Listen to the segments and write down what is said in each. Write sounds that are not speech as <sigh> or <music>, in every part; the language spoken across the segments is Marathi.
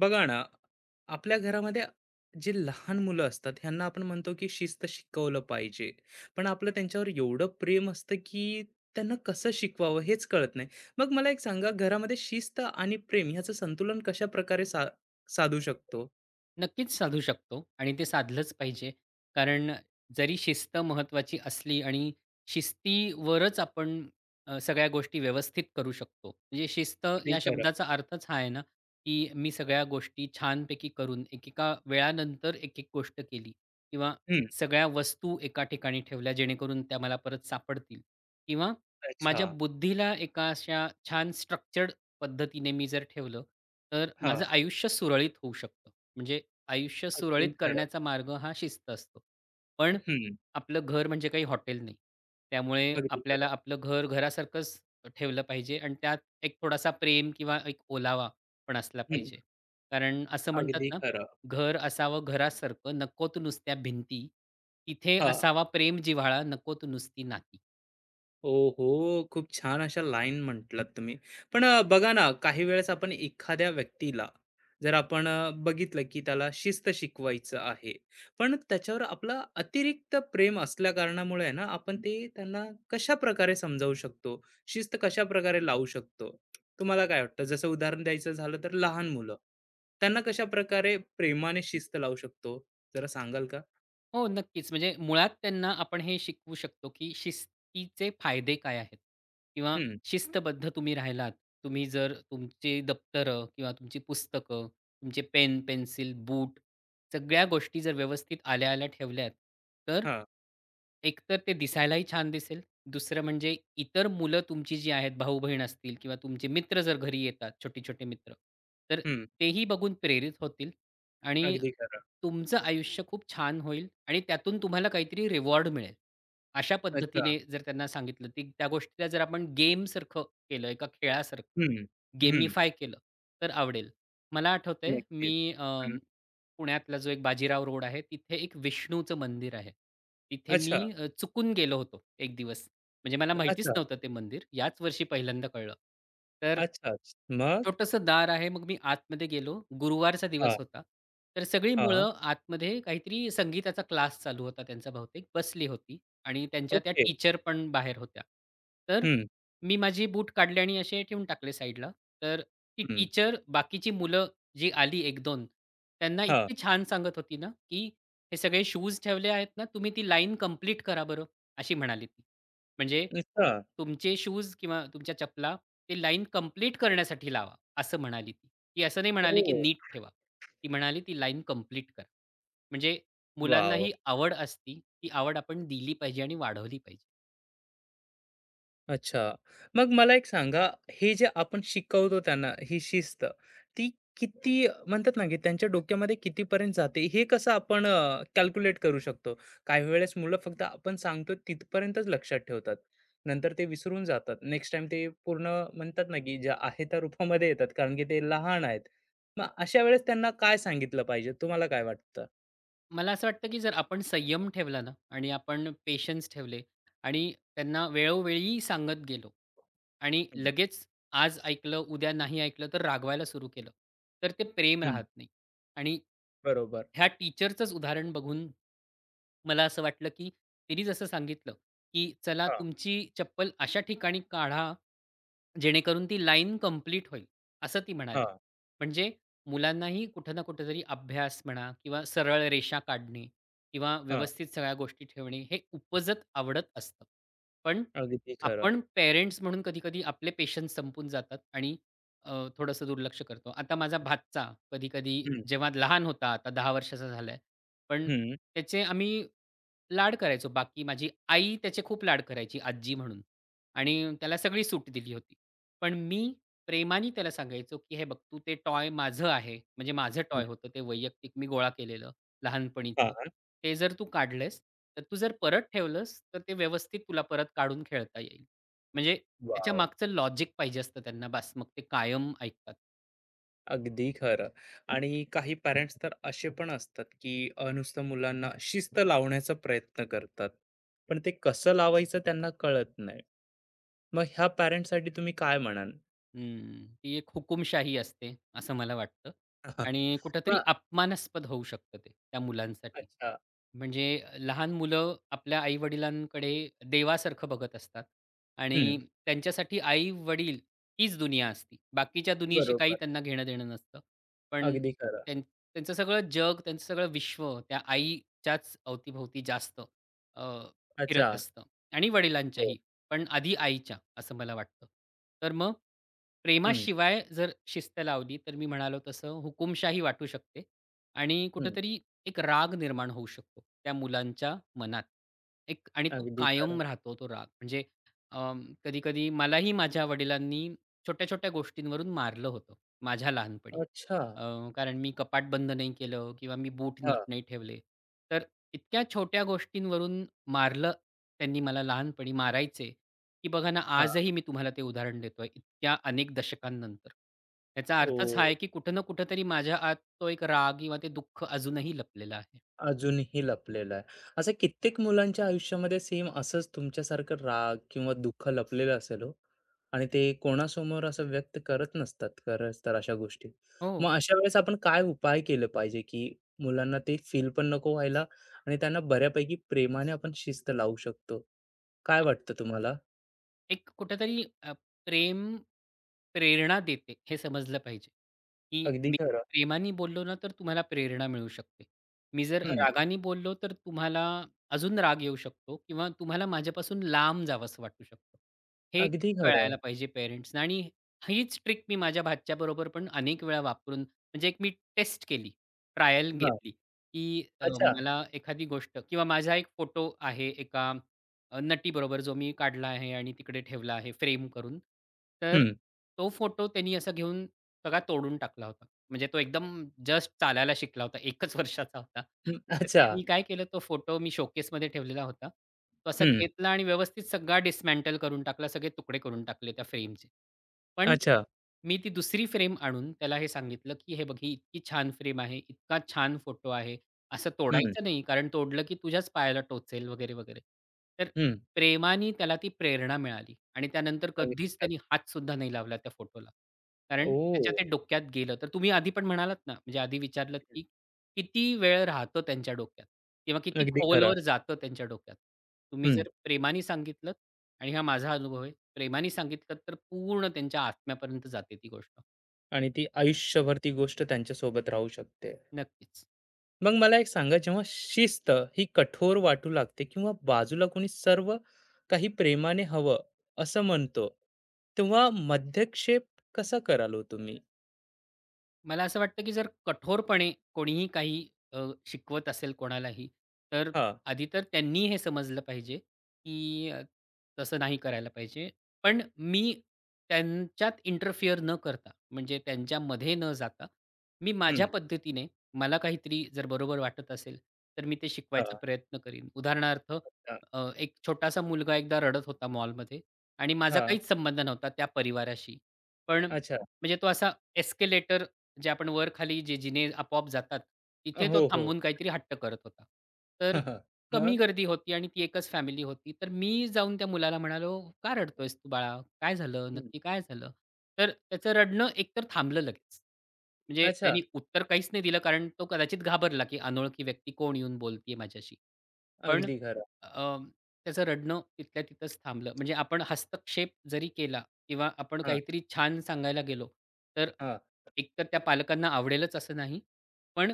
बघा ना, आपल्या घरामध्ये जे लहान मुलं असतात, ह्यांना आपण म्हणतो की शिस्त शिकवलं पाहिजे. पण आपलं त्यांच्यावर एवढं प्रेम असतं, की त्यांना कसं शिकवावं हेच कळत नाही. मग मला एक सांगा, घरामध्ये शिस्त आणि प्रेम ह्याचं संतुलन कशाप्रकारे साधू शकतो? नक्कीच साधू शकतो आणि ते साधलंच पाहिजे. कारण जरी शिस्त महत्त्वाची असली आणि शिस्तीवरच आपण सगळ्या गोष्टी व्यवस्थित करू शकतो. म्हणजे शिस्त अगदी या खरं. शब्दाचा अर्थच हा आहे ना, की मी सगळ्या गोष्टी छानपैकी करून एकेका वेळानंतर एक-एक गोष्ट केली किंवा हं. सगळ्या वस्तू एका ठिकाणी ठेवल्या जेणेकरून त्या मला परत सापडतील किंवा अच्छा. माझ्या बुद्धीला एका अशा छान स्ट्रक्चर्ड पद्धतीने मी जर ठेवलं, तर हां. माझं आयुष्य सुरळीत होऊ शकतं. म्हणजे आयुष्य अगदी सुरळीत खरं. करण्याचा मार्ग हा शिस्त असतो. पण हं. आपलं घर म्हणजे काही हॉटेल नाही. त्यामुळे अगदी आपल्याला खरं. आपलं घर घरासारखंच ठेवलं पाहिजे आणि त्यात एक थोडासा प्रेम किंवा एक ओलावा पण असला हं. पाहिजे. कारण असं म्हणतात अगदी ना, खरं. "घर असावं घरासारखं, नकोत नुसत्या भिंती. तिथे हां. असावा प्रेम जिव्हाळा, नकोत नुसती नाती." ओहो! खूप छान अशा लाईन म्हटलात तुम्ही. पण बघा ना, काही वेळेस आपण एखाद्या व्यक्तीला जर आपण बघितलं, की त्याला शिस्त शिकवायचं आहे, पण त्याच्यावर आपला अतिरिक्त प्रेम असल्याकारणामुळे आहे ना, आपण ते त्यांना कशाप्रकारे समजावू शकतो? शिस्त कशाप्रकारे लावू शकतो? तुम्हाला काय वाटतं? जसं उदाहरण द्यायचं झालं तर लहान मुलं, त्यांना कशाप्रकारे प्रेमाने शिस्त लावू शकतो? जरा सांगाल का? हो, नक्कीच. म्हणजे मुळात त्यांना आपण हे शिकवू शकतो, की शिस्तीचे फायदे काय आहेत? किंवा हं. शिस्तबद्ध तुम्ही राहिलात, तुम्ही जर तुमची दप्तरं किंवा तुमची पुस्तकं, तुमचे पेन, पेन्सिल, बूट सगळ्या गोष्टी जर व्यवस्थित आल्या-आल्या ठेवल्यात, तर हां. एकतर ते दिसायलाही छान दिसेल. दुसरं म्हणजे इतर मुलं तुमची जी आहेत, भाऊ-बहीण असतील किंवा तुमचे मित्र जर घरी येतात, छोटे-छोटे मित्र, तर हं. तेही बघून प्रेरित होतील आणि अगदी खरं. तुमचं आयुष्य खूप छान होईल आणि त्यातून तुम्हाला काहीतरी रिवॉर्ड मिळेल. अशा अच्छा. पद्धतीने जर त्यांना सांगितलं, की त्या गोष्टीला जर आपण गेमसारखं केलं, एका हं. खेळासारखं हं. गेमिफाय केलं, तर आवडेल. मला आठवतंय नक्कीच. मी हं. पुण्यातला जो एक बाजीराव रोड आहे, तिथे एक विष्णूचं मंदिर आहे. तिथे मी अच्छा, चुकून गेलो होतो एक दिवस. म्हणजे मला माहितीच अच्छा, नव्हतं ते मंदिर. याच वर्षी पहिल्यांदा कळलं. तर अच्छाच. मग? छोटंसं दार आहे. मग मी आतमध्ये गेलो. गुरुवारचा हां, दिवस होता. तर सगळी हां. मुलं आतमध्ये काहीतरी संगीताचा क्लास चालू होता त्यांचा बहुतेक, बसली होती आणि त्यांच्या त्या ओके. टीचर पण बाहेर होत्या. तर हं, मी माझे बूट काढले आणि असे ठेवून टाकले साईडला. तर ती हं. टीचर बाकीची मुलं जी आली 1-2 त्यांना हां. इतकी छान सांगत होती ना, की "हे सगळे शूज ठेवले आहेत ना, तुम्ही ती लाईन कंप्लीट करा बरं." अशी म्हणाली ती. म्हणजे अच्छा. तुमचे शूज किंवा तुमच्या चपला ते लाईन कंप्लीट करण्यासाठी लावा, असं म्हणाली ती. ती असं नाही म्हणाली, की ओह! नीट ठेवा. ती म्हणाली, "ती लाईन कंप्लीट करा." म्हणजे मुलांना वॉव! ही आवड असती, ती आवड आपण दिली पाहिजे आणि वाढवली पाहिजे. अच्छा. मग मला एक सांगा, हे जे आपण शिकवतो त्यांना ही शिस्त, ती किती म्हणतात ना, की त्यांच्या डोक्यामध्ये कितीपर्यंत जाते, हे कसं आपण कॅल्क्युलेट करू शकतो? काही वेळेस मुलं फक्त आपण सांगतो तिथपर्यंतच लक्षात ठेवतात. नंतर ते विसरून जातात. नेक्स्ट टाईम ते पूर्ण म्हणतात ना, की ज्या आहे त्या रूपामध्ये येतात, कारण की ते लहान आहेत. मग अशा वेळेस त्यांना काय सांगितलं पाहिजे? तुम्हाला काय वाटतं? मला असं वाटतं, की जर आपण संयम ठेवला ना आणि आपण पेशन्स ठेवले आणि त्यांना वेळोवेळी सांगत गेलो आणि हं, लगेच आज ऐकलं, उद्या नाही ऐकलं तर रागवायला सुरू केलं, तर ते प्रेम हं. राहत नाही. आणि बरोबर. ह्या टीचरचंच उदाहरण बघून मला असं वाटलं, की तिने जसं सांगितलं, की "चला हां, तुमची चप्पल अशा ठिकाणी काढा, जेणेकरून ती लाईन कंप्लीट होईल, असं ती म्हणाली. हां, म्हणजे मुलांनाही कुठं ना कुठेतरी अभ्यास म्हणा किंवा सरळ रेषा काढणे किंवा हां. व्यवस्थित सगळ्या गोष्टी ठेवणे हे उपजत आवडत असतं. पण अगदी खरं. आपण पेरेंट्स म्हणून कधी-कधी आपले पेशन्स संपून जातात आणि थोडंसं दुर्लक्ष करतो. आता माझा भाचा कधी-कधी हं, जेव्हा लहान होता, आता 10 वर्षाचा झालाय, पण हं. त्याचे आम्ही लाड करायचो. बाकी माझी आई त्याचे खूप लाड करायची आजी म्हणून आणि त्याला सगळी सूट दिली होती. पण मी प्रेमाने त्याला सांगायचो, की "हे बघ तू ते टॉय माझं आहे." म्हणजे माझं हं. टॉय होतं ते वैयक्तिक मी गोळा केलेलं हां. लहानपणीचं. "ते जर तू काढलेस, तर तू जर परत ठेवलंस, तर ते व्यवस्थित तुला परत काढून खेळता येईल." म्हणजे त्याच्या वाव! मागचं लॉजिक पाहिजे असतं त्यांना. बास मग ते कायम ऐकतात. अगदी खरं आणि काही पॅरेंट्स तर असे पण असतात, की नुसतं मुलांना शिस्त लावण्याचा प्रयत्न करतात. पण ते कसं लावायचं त्यांना कळत नाही. मग ह्या पॅरेंट्ससाठी तुम्ही काय म्हणाल? हं, ती एक हुकूमशाही असते असं मला वाटतं <laughs> आणि कुठेतरी मग अपमानास्पद होऊ शकतं ते त्या मुलांसाठी. अच्छा. म्हणजे लहान मुलं आपल्या आई-वडिलांकडे देवासारखं बघत असतात आणि हं. त्यांच्यासाठी आई-वडील हीच दुनिया असती. बाकीच्या दुनियेशी काही बरोबर. त्यांना घेणं-देणं नसतं. पण अगदी खरं. त्यांचं सगळं जग, त्यांचं सगळं विश्व त्या आईच्याच अवतीभोवती जास्त अ, अच्छा. फिरत असतं आणि हो. वडिलांच्याही, पण आधी आईच्या असं मला वाटतं. तर मग हं, प्रेमाशिवाय जर शिस्त लावली, तर मी म्हणालो तसं हुकूमशाही वाटू शकते आणि हं. कुठेतरी एक राग निर्माण होऊ शकतो त्या मुलांच्या मनात. एक आणि तो अगदी खरं. कायम राहतो तो राग. म्हणजे कधी-कधी मलाही माझ्या वडिलांनी छोट्या-छोट्या गोष्टींवरून मारलं होतं माझ्या लहानपणी. अच्छा. अ, कारण मी कपाट बंद नाही केलं किंवा मी बूट नीट हां, नाही ठेवले. तर इतक्या छोट्या गोष्टींवरून मारलं त्यांनी मला लहानपणी, मारायचे. की बघा ना, हां. आजही मी तुम्हाला ते उदाहरण देतोय इतक्या अनेक दशकांनंतर. याचा अर्थच हा ओह! आहे, की कुठं ना कुठेतरी माझ्या आत तो एक राग किंवा ते दुःख अजूनही लपलेलं आहे. अजूनही लपलेलं आहे. असं कित्येक मुलांच्या आयुष्यामध्ये सेम असंच तुमच्यासारखं राग किंवा दुःख लपलेलं असेल हो आणि ते कोणासमोर असं व्यक्त करत नसतात खरंच तर अशा गोष्टी. हो. मग अशा वेळेस आपण काय उपाय केले पाहिजे, की मुलांना ते फील पण नको व्हायला आणि त्यांना बऱ्यापैकी प्रेमाने आपण शिस्त लावू शकतो. काय वाटतं तुम्हाला? एक कुठेतरी प्रेम प्रेरणा देते हे समजलं पाहिजे, की अगदी मी खरं. प्रेमाने बोललो ना तर तुम्हाला प्रेरणा मिळू शकते. मी जर हं, रागाने बोललो तर तुम्हाला अजून राग येऊ शकतो किंवा तुम्हाला माझ्यापासून लांब जावंसं वाटू शकतं. हे अगदी खरं आहे. कळायला पाहिजे पेरेंट्सना आणि हीच ट्रिक मी माझ्या भाच्याबरोबर पण अनेक वेळा वापरून म्हणजे एक मी टेस्ट केली, ट्रायल हां. घेतली, की अच्छा. मला एखादी गोष्ट किंवा माझा एक फोटो आहे एका नटीबरोबर जो मी काढला आहे आणि तिकडे ठेवला आहे फ्रेम करून. तर हं, तो फोटो त्यांनी असा घेऊन सगळा तोडून टाकला होता. म्हणजे तो एकदम जस्ट चालायला शिकला होता. 1च <laughs> वर्षाचा होता. हं. तर अच्छा. त्यांनी काय केलं तो फोटो मी शोकेसमध्ये ठेवलेला होता. तो असा हं. घेतला आणि व्यवस्थित सगळा डिस्मँटल करून टाकला. सगळे तुकडे करून टाकले त्या फ्रेमचे. पण अच्छा. मी ती दुसरी फ्रेम आणून त्याला हे सांगितलं, की "हे बघ, ही इतकी छान फ्रेम आहे, इतका छान फोटो आहे. असं हं, तोडायचं नाही, कारण तोडलं की तुझ्याच पायाला टोचेल" वगैरे, वगैरे. तर हं. प्रेमाने त्याला ती प्रेरणा मिळाली आणि त्यानंतर अगदी कधीच खरं. त्यांनी हातसुद्धा नाही लावला त्या फोटोला. कारण ओह! त्याच्या ते डोक्यात गेलं. तर तुम्ही आधी पण म्हणालात ना, म्हणजे आधी विचारलत, की किती वेळ राहतं त्यांच्या डोक्यात किंवा किती अगदी खरं. खोलवर जातं त्यांच्या डोक्यात. तुम्ही हं. जर प्रेमाने सांगितलत आणि हा माझा अनुभव आहे, प्रेमाने सांगितलं तर पूर्ण त्यांच्या आत्म्यापर्यंत जाते ती गोष्ट. आणि ती आयुष्यभर ती गोष्ट त्यांच्यासोबत राहू शकते. नक्कीच. मग मला एक सांगा जेव्हा शिस्त ही कठोर वाटू लागते किंवा बाजूला कोणी सर्व काही प्रेमाने हवं असं म्हणतो, तेव्हा मध्यक्षेप कसा करालो तुम्ही? मला असं वाटतं की जर कठोरपणे कोणीही काही अ, शिकवत असेल कोणालाही, तर हां, आधी तर त्यांनी हे समजलं पाहिजे की तसं नाही करायला पाहिजे. पण मी त्यांच्यात इंटरफिअर न करता, म्हणजे त्यांच्यामध्ये न जाता, मी माझ्या हं, पद्धतीने मला काहीतरी जर बरोबर वाटत असेल, तर मी ते शिकवायचा हां, प्रयत्न करीन. उदाहरणार्थ हां, एक छोटासा मुलगा एकदा रडत होता मॉलमध्ये आणि माझा हां. काहीच संबंध नव्हता त्या परिवाराशी. पण अच्छा. म्हणजे तो असा एस्केलेटर जे आपण वर-खाली जे जिने आपोआप जातात, तिथे तो हो, हो. थांबून काहीतरी हट्ट करत होता. <laughs> तर हां, हां. कमी मग? गर्दी होती आणि ती एकच फॅमिली होती. तर मी जाऊन त्या मुलाला म्हणालो, "का रडतोयस तू बाळा? काय झालं? हं. नक्की काय झालं?" तर त्याचं रडणं एकतर थांबलं लगेच. म्हणजे अच्छा. त्यांनी उत्तर काहीच नाही दिलं कारण तो कदाचित घाबरला, की अनोळखी व्यक्ती कोण येऊन बोलतीये माझ्याशी. पण अगदी खरं. अ, त्याचं रडणं तिथल्या तिथंच थांबलं. म्हणजे आपण हस्तक्षेप जरी केला किंवा आपण हां, काहीतरी छान सांगायला गेलो, तर हां. एकतर त्या पालकांना आवडेलच असं नाही. पण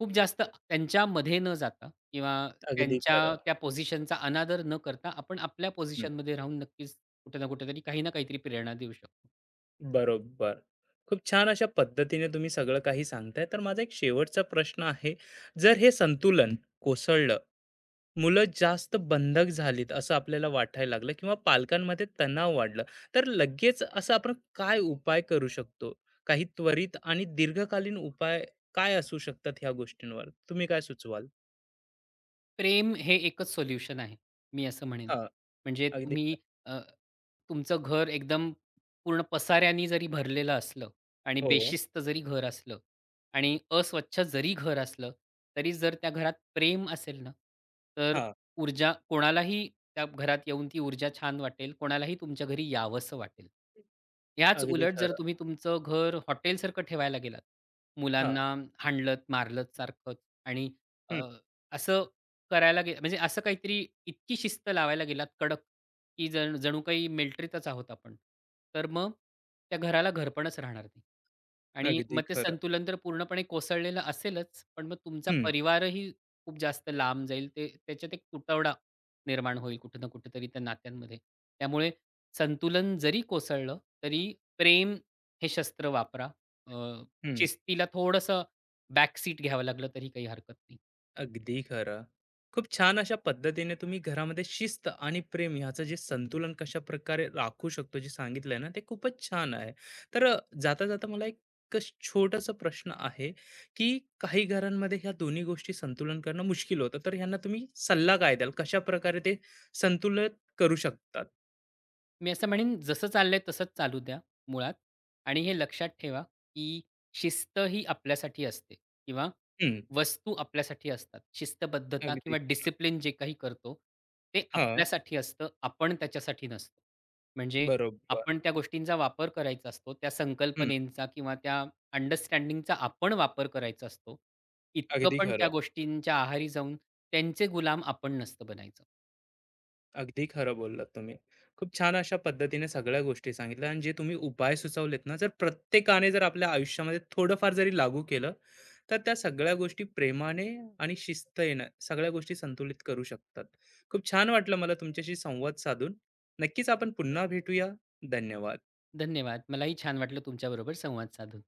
खूप जास्त त्यांच्यामध्ये न जाता किंवा अगदी त्यांच्या खरं. त्या पोझिशनचा अनादर न करता आपण आपल्या पोझिशनमध्ये राहून नक्कीच कुठे ना कुठेतरी काही ना काहीतरी प्रेरणा देऊ शकतो. बरोबर. खूप छान अशा पद्धतीने तुम्ही सगळं काही सांगताय. तर माझा एक शेवटचा प्रश्न आहे. जर हे संतुलन कोसळलं, मुलं जास्त बंधक झालीत असं आपल्याला वाटायला लागलं किंवा पालकांमध्ये तणाव वाढलं, तर लगेच असं आपण काय उपाय करू शकतो? काही त्वरित आणि दीर्घकालीन उपाय काय असू शकतात ह्या गोष्टींवर? तुम्ही काय सुचवाल? प्रेम हे एकच सोल्युशन आहे, मी असं म्हणेन. हां, म्हणजे अगदी खरं. तुम्ही अ, तुमचं घर एकदम पूर्ण पसाऱ्यानी जरी भरलेलं असलं आणि हो, बेशिस्त जरी घर असलं आणि अस्वच्छ जरी घर असलं, तरी जर त्या घरात प्रेम असेल ना, तर हां. ऊर्जा कोणालाही त्या घरात येऊन ती ऊर्जा छान वाटेल, कोणालाही तुमच्या घरी यावसं वाटेल. ह्याच अगदी उलट जर खरं. तुम्ही तुमचं घर हॉटेलसारखं ठेवायला गेलात, हां, मुलांना हाणलत, मारलत सारखंच आणि अ, हं. असं करायला म्हणजे असं काहीतरी इतकी शिस्त लावायला गेलात कडक, की जणू काही मिलिटरीतच आहोत आपण. तर मग त्या घराला घरपणच राहणार नाही. आणि अगदी मग ते खरं. संतुलन तर पूर्णपणे कोसळलेलं असेलच, पण मग तुमचा हं, परिवारही खूप जास्त लांब जाईल. ते त्याच्यात एक तुटवडा निर्माण होईल कुठे ना कुठेतरी त्या नात्यांमध्ये. त्यामुळे संतुलन जरी कोसळलं, तरी प्रेम हे शस्त्र वापरा. अ, हं. शिस्तीला थोडंसं बॅक सीट घ्यावं लागलं तरी काही हरकत नाही. अगदी खरं. खूप छान अशा पद्धतीने तुम्ही घरामध्ये शिस्त आणि प्रेम ह्याचं जे संतुलन कशाप्रकारे राखू शकतो जे सांगितलंय ना ते खूपच छान आहे. तर जाता-जाता मला एक कस छोटासा प्रश्न आहे, की काही घरांमध्ये ह्या दोन्ही गोष्टी संतुलन करणं मुश्किल होतं. तर ह्यांना तुम्ही सल्ला काय द्याल? कशाप्रकारे ते संतुलित करू शकतात? मी असं म्हणेन जसं चाललंय तसंच चालू द्या मुळात आणि हे लक्षात ठेवा, की शिस्त ही आपल्यासाठी असते किंवा हं. वस्तू आपल्यासाठी असतात. शिस्तबद्धता अगदी. किंवा डिसिप्लिन जे काही करतो, ते हां, आपल्यासाठी असतं. आपण त्याच्यासाठी नसतो. म्हणजे बरोबर. आपण त्या गोष्टींचा वापर करायचा असतो. त्या हं, संकल्पनेचा किंवा त्या अंडरस्टँडिंगचा आपण वापर करायचा असतो. इतकं अगदी पण त्या खरं. गोष्टींच्या आहारी जाऊन त्यांचे गुलाम आपण नसतं बनायचं. अगदी खरं बोललात तुम्ही. खूप छान अशा पद्धतीने सगळ्या गोष्टी सांगितल्या आणि जे तुम्ही उपाय सुचवलेत ना, जर प्रत्येकाने जर आपल्या आयुष्यामध्ये थोडंफार जरी लागू केलं, तर त्या सगळ्या गोष्टी प्रेमाने आणि शिस्त येणं सगळ्या गोष्टी संतुलित करू शकतात. खूप छान वाटलं मला तुमच्याशी संवाद साधून. नक्कीच आपण पुन्हा भेटूया. धन्यवाद. धन्यवाद. मलाही छान वाटलं तुमच्याबरोबर संवाद साधून.